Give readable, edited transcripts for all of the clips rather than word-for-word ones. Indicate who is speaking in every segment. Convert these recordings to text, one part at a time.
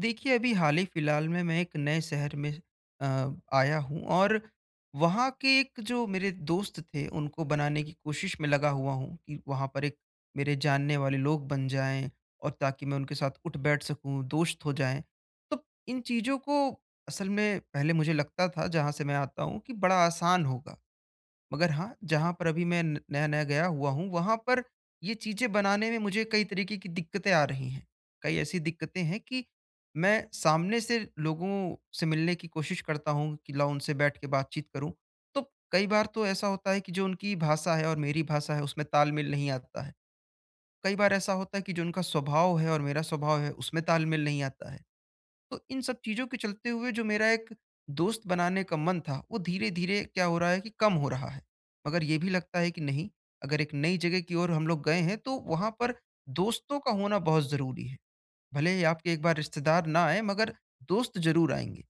Speaker 1: देखिए, अभी हाल ही फिलहाल में मैं एक नए शहर में अ, आया हूँ और वहाँ के एक जो मेरे दोस्त थे, उनको बनाने की कोशिश में लगा हुआ हूँ कि वहाँ पर एक मेरे जानने वाले लोग बन जाएँ और ताकि मैं उनके साथ उठ-बैठ सकूँ, दोस्त हो जाएँ। तो इन चीज़ों को असल में पहले मुझे लगता था, जहाँ से मैं आता हूँ कि बड़ा आसान होगा। मगर हाँ, जहाँ पर अभी मैं न नया-नया गया हुआ हूँ, वहाँ पर ये चीज़ें बनाने में मुझे कई तरीके की दिक्कतें आ रही हैं। कई ऐसी दिक्कतें हैं कि मैं सामने से लोगों से मिलने की कोशिश करता हूँ कि लाओ उनसे बैठ के बातचीत करूँ। तो कई बार तो ऐसा होता है कि जो उनकी भाषा है और मेरी भाषा है, उसमें तालमेल नहीं आता है। कई बार ऐसा होता है कि जो उनका स्वभाव है और मेरा स्वभाव है, उसमें तालमेल नहीं आता है। तो इन सब चीज़ों के चलते हुए जो मेरा एक दोस्त बनाने का मन था, वो धीरे-धीरे क्या हो रहा है कि कम हो रहा है। मगर ये भी लगता है कि नहीं, अगर एक नई जगह की ओर हम लोग गए हैं, तो वहाँ पर दोस्तों का होना बहुत ज़रूरी है। भले ही आपके एक बार रिश्तेदार ना आएँ, मगर दोस्त ज़रूर आएँगे।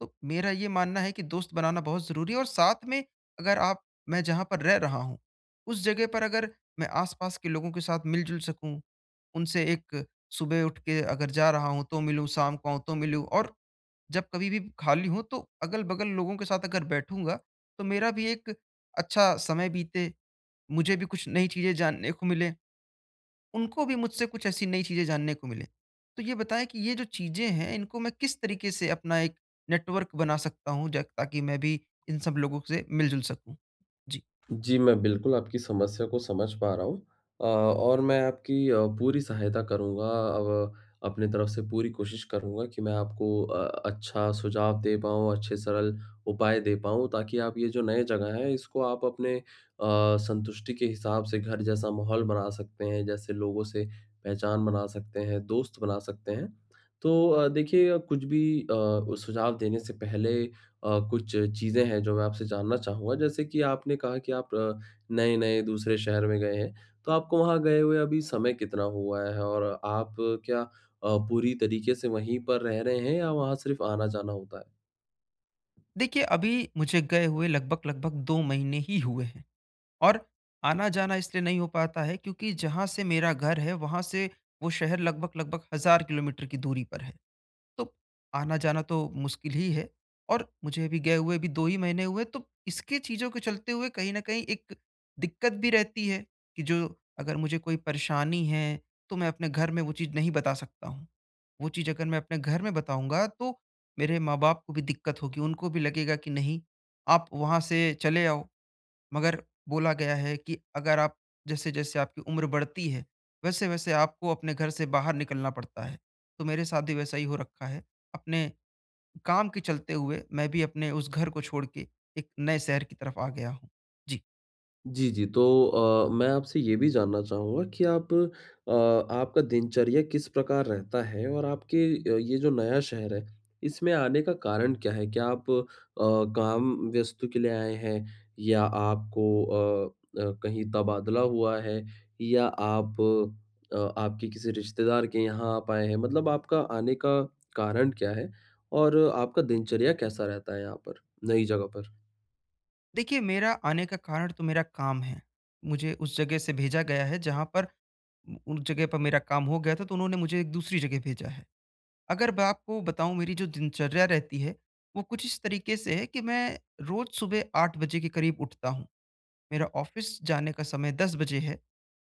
Speaker 1: तो मेरा ये मानना है कि दोस्त बनाना बहुत ज़रूरी है और साथ में, अगर आप, मैं जहाँ पर रह रहा हूँ, उस जगह पर अगर मैं आस-पास के लोगों के साथ मिल-जुल सकूँ, उनसे, एक सुबह उठ के अगर जा रहा हूँ तो मिलूँ, शाम को आऊँ तो मिलूँ और जब कभी भी खाली हूँ तो अगल-बगल लोगों के साथ अगर बैठूँगा, तो मेरा भी एक अच्छा समय बीते, मुझे भी कुछ नई चीज़ें जानने को मिलें। उनको भी मुझसे कुछ ऐसी नई चीज़ें जानने को मिले। तो ये बताएँ कि ये जो चीज़ें हैं, इनको मैं किस तरीके से अपना एक नेटवर्क बना सकता हूँ ज ताकि मैं भी इन सब लोगों से मिल-जुल सकूँ? जी।
Speaker 2: जी, मैं बिल्कुल आपकी समस्या को समझ पा रहा हूँ और मैं आपकी पूरी सहायता करूँगा। अब अपनी तरफ से पूरी कोशिश करूँगा कि मैं आपको अच्छा सुझाव दे पाऊँ, अच्छे सरल उपाय दे पाऊँ ताकि आप ये जो नए जगह है, इसको आप अपने संतुष्टि के हिसाब से घर जैसा माहौल बना सकते हैं, जैसे लोगों से पहचान बना सकते हैं, दोस्त बना सकते हैं। तो देखिए कुछ भी सुझाव देने से पहले कुछ चीज़ें हैं जो मैं आपसे जानना चाहूँगा। जैसे कि आपने कहा कि आप नए-नए दूसरे शहर में गए हैं, तो आपको वहाँ गए हुए अभी समय कितना हुआ है? और आप क्या पूरी तरीके से वहीं पर रह रहे हैं या वहाँ सिर्फ़ आना-जाना होता है?
Speaker 1: देखिए, अभी मुझे गए हुए लगभग-लगभग 2 महीने ही हुए हैं और आना-जाना इसलिए नहीं हो पाता है क्योंकि जहाँ से मेरा घर है, वहाँ से वो शहर लगभग-लगभग 1,000 किलोमीटर की दूरी पर है। तो आना-जाना तो मुश्किल ही है और मुझे अभी गए हुए भी 2 ही महीने हुए, तो इसके चीज़ों के चलते हुए कहीं न कहीं एक दिक्कत भी रहती है कि जो, अगर मुझे कोई परेशानी है, तो मैं अपने घर में वो चीज़ नहीं बता सकता हूँ। वो चीज़ अगर मैं अपने घर में बताऊँगा, तो मेरे माँ-बाप को भी दिक्कत होगी, उनको भी लगेगा कि नहीं, आप वहाँ से चले आओ। मगर बोला गया है कि अगर आप, जैसे-जैसे आपकी उम्र बढ़ती है, वैसे-वैसे आपको अपने घर से बाहर निकलना पड़ता है। तो मेरे साथ भी वैसा ही हो रखा है। अपने काम के चलते हुए मैं भी अपने उस घर को छोड़ के एक नए शहर की तरफ आ गया हूँ। जी।
Speaker 2: जी, जी। तो मैं आपसे ये भी जानना चाहूँगा कि आपका दिनचर्या किस प्रकार रहता है? और आपके ये जो नया शहर है, इसमें आने का कारण क्या है? क्या आप काम वस्तु के लिए आए हैं? या आपको कहीं तबादला हुआ है? या आप आपके किसी रिश्तेदार के यहाँ आप आए हैं? मतलब आपका आने का कारण क्या है? और आपका दिनचर्या कैसा रहता है यहाँ पर, नई जगह पर?
Speaker 1: देखिए, मेरा आने का कारण तो मेरा काम है। मुझे उस जगह से भेजा गया है, जहाँ पर उस जगह पर मेरा काम हो गया था, तो उन्होंने मुझे एक दूसरी जगह भेजा है। अगर मैं आपको बताऊँ, मेरी जो दिनचर्या रहती है, वो कुछ इस तरीके से है कि मैं रोज़ सुबह 8 बजे के करीब उठता हूँ। मेरा ऑफ़िस जाने का समय 10 बजे है,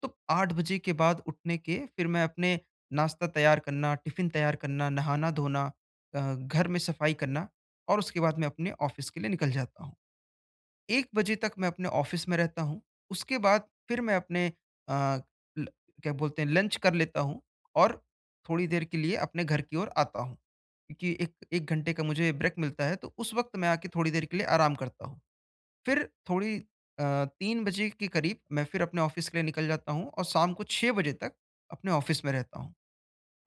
Speaker 1: तो 8 बजे के बाद उठने के फिर मैं अपने नाश्ता तैयार करना, टिफ़िन तैयार करना, नहाना-धोना, घर में सफ़ाई करना, और उसके बाद मैं अपने ऑफ़िस के लिए निकल जाता हूँ। 1 बजे तक मैं अपने ऑफिस में रहता हूँ। उसके बाद फिर मैं अपने, अ, ल क्या बोलते हैं, लंच कर लेता हूँ और थोड़ी देर के लिए अपने घर की ओर आता हूँ। क्योंकि 1 घंटे का मुझे ब्रेक मिलता है, तो उस वक़्त मैं आके थोड़ी देर के लिए आराम करता हूँ। फिर थोड़ी, अ, 3 बजे के करीब मैं फिर अपने ऑफिस के लिए निकल जाता हूँ और शाम को 6 बजे तक अपने ऑफिस में रहता हूँ।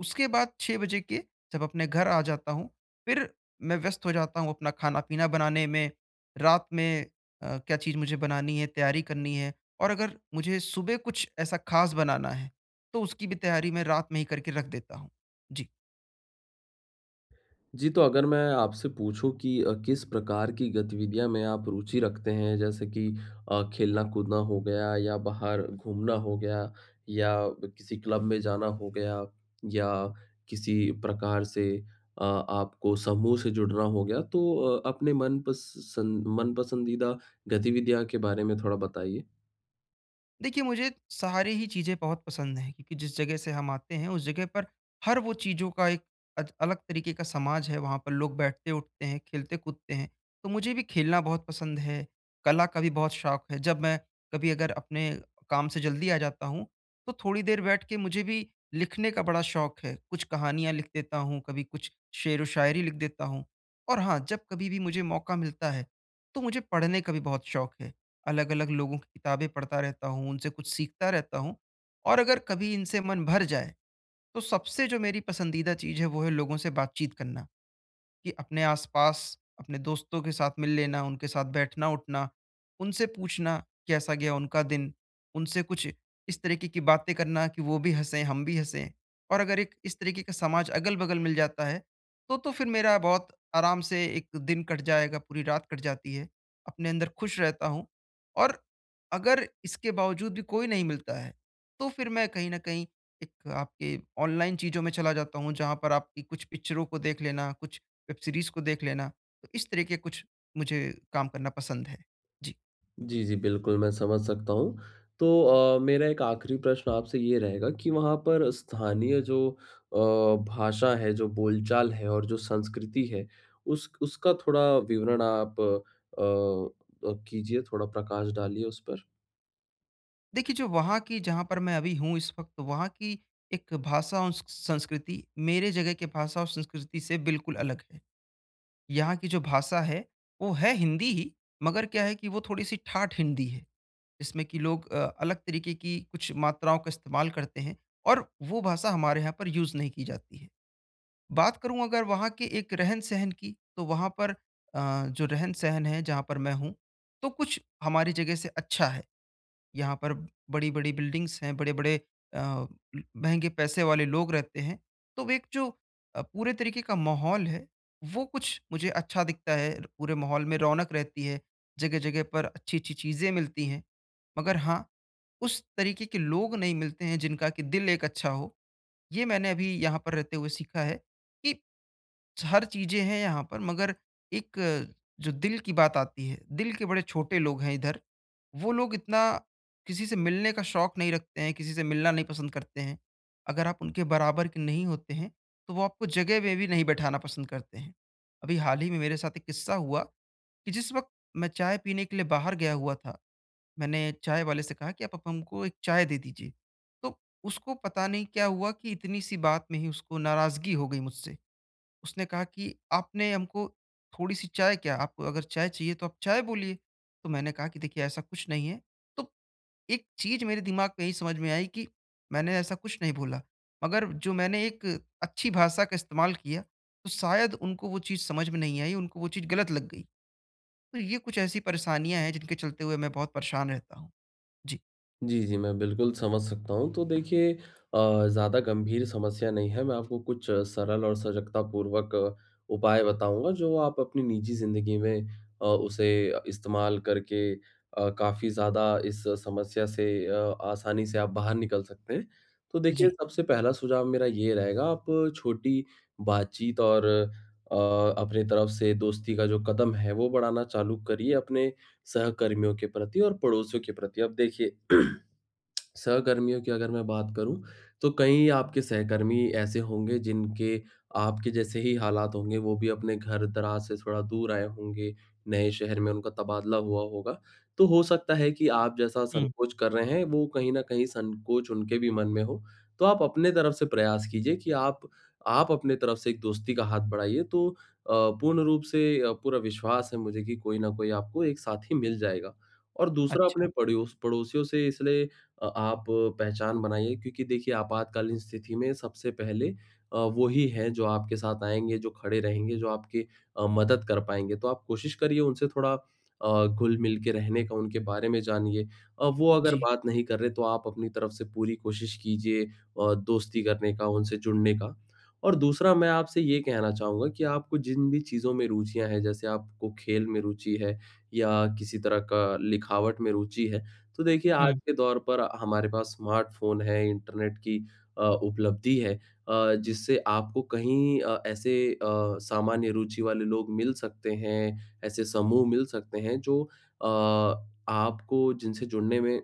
Speaker 1: उसके बाद 6 बजे के, जब अपने घर आ जाता हूँ, फिर मैं व्यस्त हो जाता हूँ अपना खाना-पीना बनाने में, रात में क्या चीज़ मुझे बनानी है, तैयारी करनी है, और अगर मुझे सुबह कुछ ऐसा ख़ास बनाना है, तो उसकी भी तैयारी मैं रात में ही करके रख देता हूँ। जी।
Speaker 2: जी, तो अगर मैं आपसे पूछूँ कि किस प्रकार की गतिविधियाँ में आप रुचि रखते हैं? जैसे कि खेलना-कूदना हो गया या बाहर घूमना हो गया या किसी क्लब में जाना हो गया या किसी प्रकार से आपको समूह से जुड़ना हो गया। तो अपने मन पस सन मन पसंदीदा गतिविधियाँ के बारे में थोड़ा बताइए।
Speaker 1: देखिए, मुझे सारी ही चीज़ें बहुत पसंद हैं, क्योंकि जिस जगह से हम आते हैं, उस जगह पर हर वो चीज़ों का एक अलग तरीके का समाज है। वहाँ पर लोग बैठते उठते हैं, खेलते कूदते हैं। तो मुझे भी खेलना बहुत पसंद है। कला का भी बहुत शौक है। जब मैं कभी अगर अपने काम से जल्दी आ जाता हूँ, तो थोड़ी देर बैठ के, मुझे भी लिखने का बड़ा शौक है, कुछ कहानियाँ लिख देता हूँ, कभी कुछ शेर व शायरी लिख देता हूँ। और हाँ, जब कभी भी मुझे मौका मिलता है, तो मुझे पढ़ने का भी बहुत शौक है। अलग-अलग लोगों की किताबें पढ़ता रहता हूँ, उनसे कुछ सीखता रहता हूँ। और अगर कभी इनसे मन भर जाए, तो सबसे जो मेरी पसंदीदा चीज़ है, वो है लोगों से बातचीत करना। कि अपने आसपास अपने दोस्तों के साथ मिल लेना, उनके साथ बैठना-उठना, उनसे पूछना कैसा गया उनका दिन, उनसे कुछ इस तरीके की बातें करना कि वो भी हँसें, हम भी हँसें। और अगर एक इस तरीके का समाज अगल-बगल मिल जाता है, तो फिर मेरा बहुत आराम से एक दिन कट जाएगा, पूरी रात कट जाती है। अपने अंदर खुश रहता हूँ। और अगर इसके बावजूद भी कोई नहीं मिलता है, तो फिर मैं कहीं न कहीं, एक आपके ऑनलाइन चीज़ों में चला जाता हूँ, जहाँ पर आपकी कुछ पिक्चरों को देख लेना, कुछ वेब सीरीज़ को देख लेना। तो इस तरह के कुछ मुझे काम करना पसंद है। जी।
Speaker 2: जी, जी, बिल्कुल, मैं समझ सकता हूँ। तो मेरा एक आखिरी प्रश्न आपसे ये रहेगा कि वहाँ पर स्थानीय जो अ, भाषा है, जो बोलचाल है और जो संस्कृति है, उस उसका थोड़ा विवरण आप कीजिए, थोड़ा प्रकाश डालिए उस पर?
Speaker 1: देखिए, जो वहाँ की, जहाँ पर मैं अभी हूँ इस वक़्त, वहाँ की एक भाषा और स संस्कृति मेरे जगह के भाषा और संस्कृति से बिल्कुल अलग है। यहाँ की जो भाषा है, वो है हिंदी ही, मगर क्या है कि वो थोड़ी-सी ठाठ हिंदी है। जिसमें कि लोग अलग तरीके की कुछ मात्राओं का इस्तेमाल करते हैं और वो भाषा हमारे यहाँ पर यूज़ नहीं की जाती है। बात करूँ अगर वहाँ के एक रहन-सहन की, तो वहाँ पर, जो रहन-सहन है जहाँ पर मैं हूँ, तो कुछ हमारी जगह से अच्छा है। यहाँ पर बड़ी-बड़ी बिल्डिंग्स हैं, बड़े-बड़े अ, ल महँगे पैसे वाले लोग रहते हैं। तो वो एक जो पूरे तरीके का माहौल है, वो कुछ मुझे अच्छा दिखता है। पूरे माहौल में रौनक रहती है, जगह-जगह पर अच्छी-अच्छी चीज़ें मिलती हैं। मगर हाँ, उस तरीके के लोग नहीं मिलते हैं जिनका कि दिल एक अच्छा हो। ये मैंने अभी यहाँ पर रहते हुए सीखा है कि हर चीज़ें हैं यहाँ पर, मगर एक जो दिल की बात आती है, दिल के बड़े छोटे लोग हैं इधर। वो लोग इतना किसी से मिलने का शौक नहीं रखते हैं, किसी से मिलना नहीं पसंद करते हैं। अगर आप उनके बराबर के नहीं होते हैं, तो वो आपको जगह में भी नहीं बैठाना पसंद करते हैं। अभी हाल ही में मेरे साथ एक किस्सा हुआ कि जिस वक़्त मैं चाय पीने के लिए बाहर गया हुआ था, मैंने चाय वाले से कहा कि आप, हमको एक चाय दे दीजिए। तो उसको पता नहीं क्या हुआ कि इतनी सी बात में ही उसको नाराज़गी हो गई मुझसे। उसने कहा कि आपने हमको थोड़ी-सी चाय क्या, आपको अगर चाय चाहिए तो आप चाय बोलिए। तो मैंने कहा कि देखिए, ऐसा कुछ नहीं है। तो एक चीज़ मेरे दिमाग में यही समझ में आई कि मैंने ऐसा कुछ नहीं बोला। मगर जो मैंने एक अच्छी भाषा का इस्तेमाल किया, तो शायद उनको वो चीज़ समझ में नहीं आई, उनको वो चीज़ गलत लग गई। तो ये कुछ ऐसी परेशानियाँ हैं जिनके चलते हुए मैं बहुत परेशान रहता हूँ। जी,
Speaker 2: जी, जी, मैं बिल्कुल समझ सकता हूँ। तो देखिए ज़्यादा गंभीर समस्या नहीं है। मैं आपको कुछ सरल और सजगतापूर्वक उपाय बताऊँगा जो आप अपनी निजी ज़िंदगी में उसे इस्तेमाल करके काफ़ी ज़्यादा इस समस्या से आसानी से आप बाहर निकल सकते हैं। तो देखिए
Speaker 1: जी।
Speaker 2: सबसे पहला सुझाव मेरा ये रहेगा आप छोटी बातचीत और अपनी तरफ से दोस्ती का जो कदम है वो बढ़ाना चालू करिए अपने सहकर्मियों के प्रति और पड़ोसियों के प्रति। अब देखिए सहकर्मियों की अगर मैं बात करूँ, तो कई आपके सहकर्मी ऐसे होंगे जिनके आपके जैसे ही हालात होंगे, वो भी अपने घर-दराज से थोड़ा दूर आए होंगे, नए शहर में उनका तबादला हुआ होगा। तो हो सकता है कि आप जैसा
Speaker 1: हुँ,
Speaker 2: संकोच कर रहे हैं, वो कहीं न कहीं संकोच उनके भी मन में हो। तो आप अपने तरफ से प्रयास कीजिए कि आप अपने तरफ से एक दोस्ती का हाथ बढ़ाइए, तो अ, पूर्ण रूप से पूरा विश्वास है मुझे कि कोई न कोई आपको एक साथी मिल जाएगा। और दूसरा
Speaker 1: अच्छा।
Speaker 2: अपने पड़ोसियों से इसलिए आप पहचान बनाइए क्योंकि देखिए आपातकालीन स्थिति में सबसे पहले वो ही हैं जो आपके साथ आएँगे, जो खड़े रहेंगे, जो आपकी मदद कर पाएँगे। तो आप कोशिश करिए उनसे थोड़ा घुल-मिल के रहने का, उनके बारे में जानिए। वो अगर
Speaker 1: जी।
Speaker 2: बात नहीं कर रहे तो आप अपनी तरफ से पूरी कोशिश कीजिए दोस्ती करने का, उनसे जुड़ने का। और दूसरा मैं आपसे ये कहना चाहूँगा कि आपको जिन भी चीज़ों में रुचियाँ हैं, जैसे आपको खेल में रुचि है या किसी तरह का लिखावट में रुचि है, तो देखिए आज
Speaker 1: हुँ।
Speaker 2: के दौर पर हमारे पास स्मार्टफ़ोन है, इंटरनेट की उपलब्धि है जिससे आपको कहीं ऐसे सामान्य रुचि वाले लोग मिल सकते हैं, ऐसे समूह मिल सकते हैं जो अ, आपको जिनसे जुड़ने में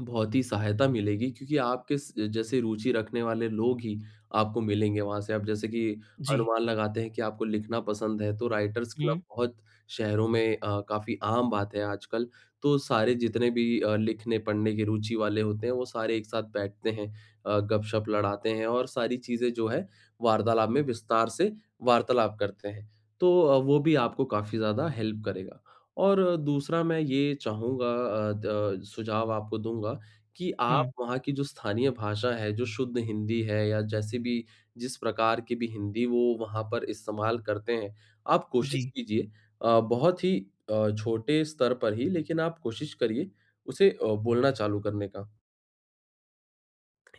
Speaker 2: बहुत ही सहायता मिलेगी क्योंकि आपके स जैसे रुचि रखने वाले लोग ही आपको मिलेंगे वहाँ से। अब जैसे कि
Speaker 1: जी।
Speaker 2: अनुमान लगाते हैं कि आपको लिखना पसंद है, तो राइटर्स क्लब
Speaker 1: हुँ,
Speaker 2: बहुत शहरों में काफ़ी आम बात है आजकल। तो सारे जितने भी लिखने, पढ़ने की रुचि वाले होते हैं, वो सारे एक साथ बैठते हैं गपशप लड़ाते हैं और सारी चीज़ें जो है वार्तालाप में विस्तार से वार्तालाप करते हैं। तो वो भी आपको काफ़ी ज़्यादा हेल्प करेगा। और दूसरा मैं ये चाहूँगा अ, द सुझाव आपको दूँगा कि
Speaker 1: हुँ।
Speaker 2: आप वहाँ की जो स्थानीय भाषा है, जो शुद्ध हिंदी है या जैसे भी जिस प्रकार की भी हिंदी वो वहाँ पर इस्तेमाल करते हैं, आप कोशिश
Speaker 1: जी।
Speaker 2: कीजिए बहुत ही छोटे स्तर पर ही लेकिन आप कोशिश करिए उसे बोलना चालू करने का।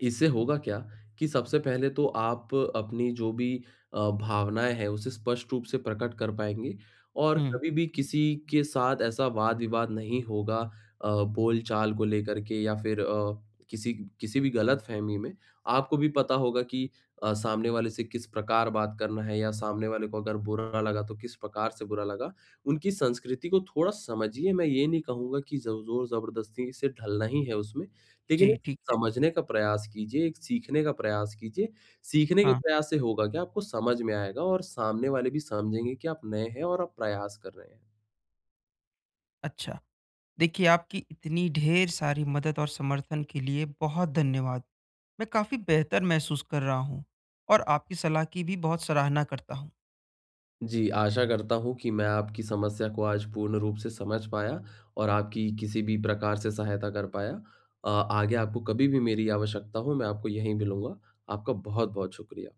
Speaker 2: इससे होगा क्या कि सबसे पहले तो आप अपनी जो भी भावनाएँ हैं, उसे स्पष्ट रूप से प्रकट कर पाएँगे और
Speaker 1: हुँ।
Speaker 2: कभी भी किसी के साथ ऐसा वाद-विवाद नहीं होगा बोलचाल को लेकर के या फिर किसी किसी भी गलतफ़हमी में। आपको भी पता होगा कि सामने वाले से किस प्रकार बात करना है या सामने वाले को अगर बुरा लगा तो किस प्रकार से बुरा लगा। उनकी संस्कृति को थोड़ा समझिए, मैं ये नहीं कहूँगा कि ज़ ज़ोर-ज़बरदस्ती से ढलना ही है उसमें, लेकिन
Speaker 1: जी, ठीक है।
Speaker 2: समझने का प्रयास कीजिए, एक सीखने का प्रयास कीजिए। सीखने के
Speaker 1: हाँ।
Speaker 2: प्रयास से होगा क्या आपको समझ में आएगा और सामने वाले भी समझेंगे कि आप नए हैं और आप प्रयास कर रहे हैं।
Speaker 1: हाँ, अच्छा। देखिए, आपकी इतनी ढेर सारी मदद और समर्थन के लिए बहुत धन्यवाद। मैं काफ़ी बेहतर महसूस कर रहा हूँ और आपकी सलाह की भी बहुत सराहना करता हूँ।
Speaker 2: जी, आशा करता हूँ कि मैं आपकी समस्या को आज पूर्ण रूप से समझ पाया और आपकी किसी भी प्रकार से सहायता कर पाया। आगे आपको कभी भी मेरी आवश्यकता हो मैं आपको यहीं मिलूँगा। आपका बहुत-बहुत शुक्रिया।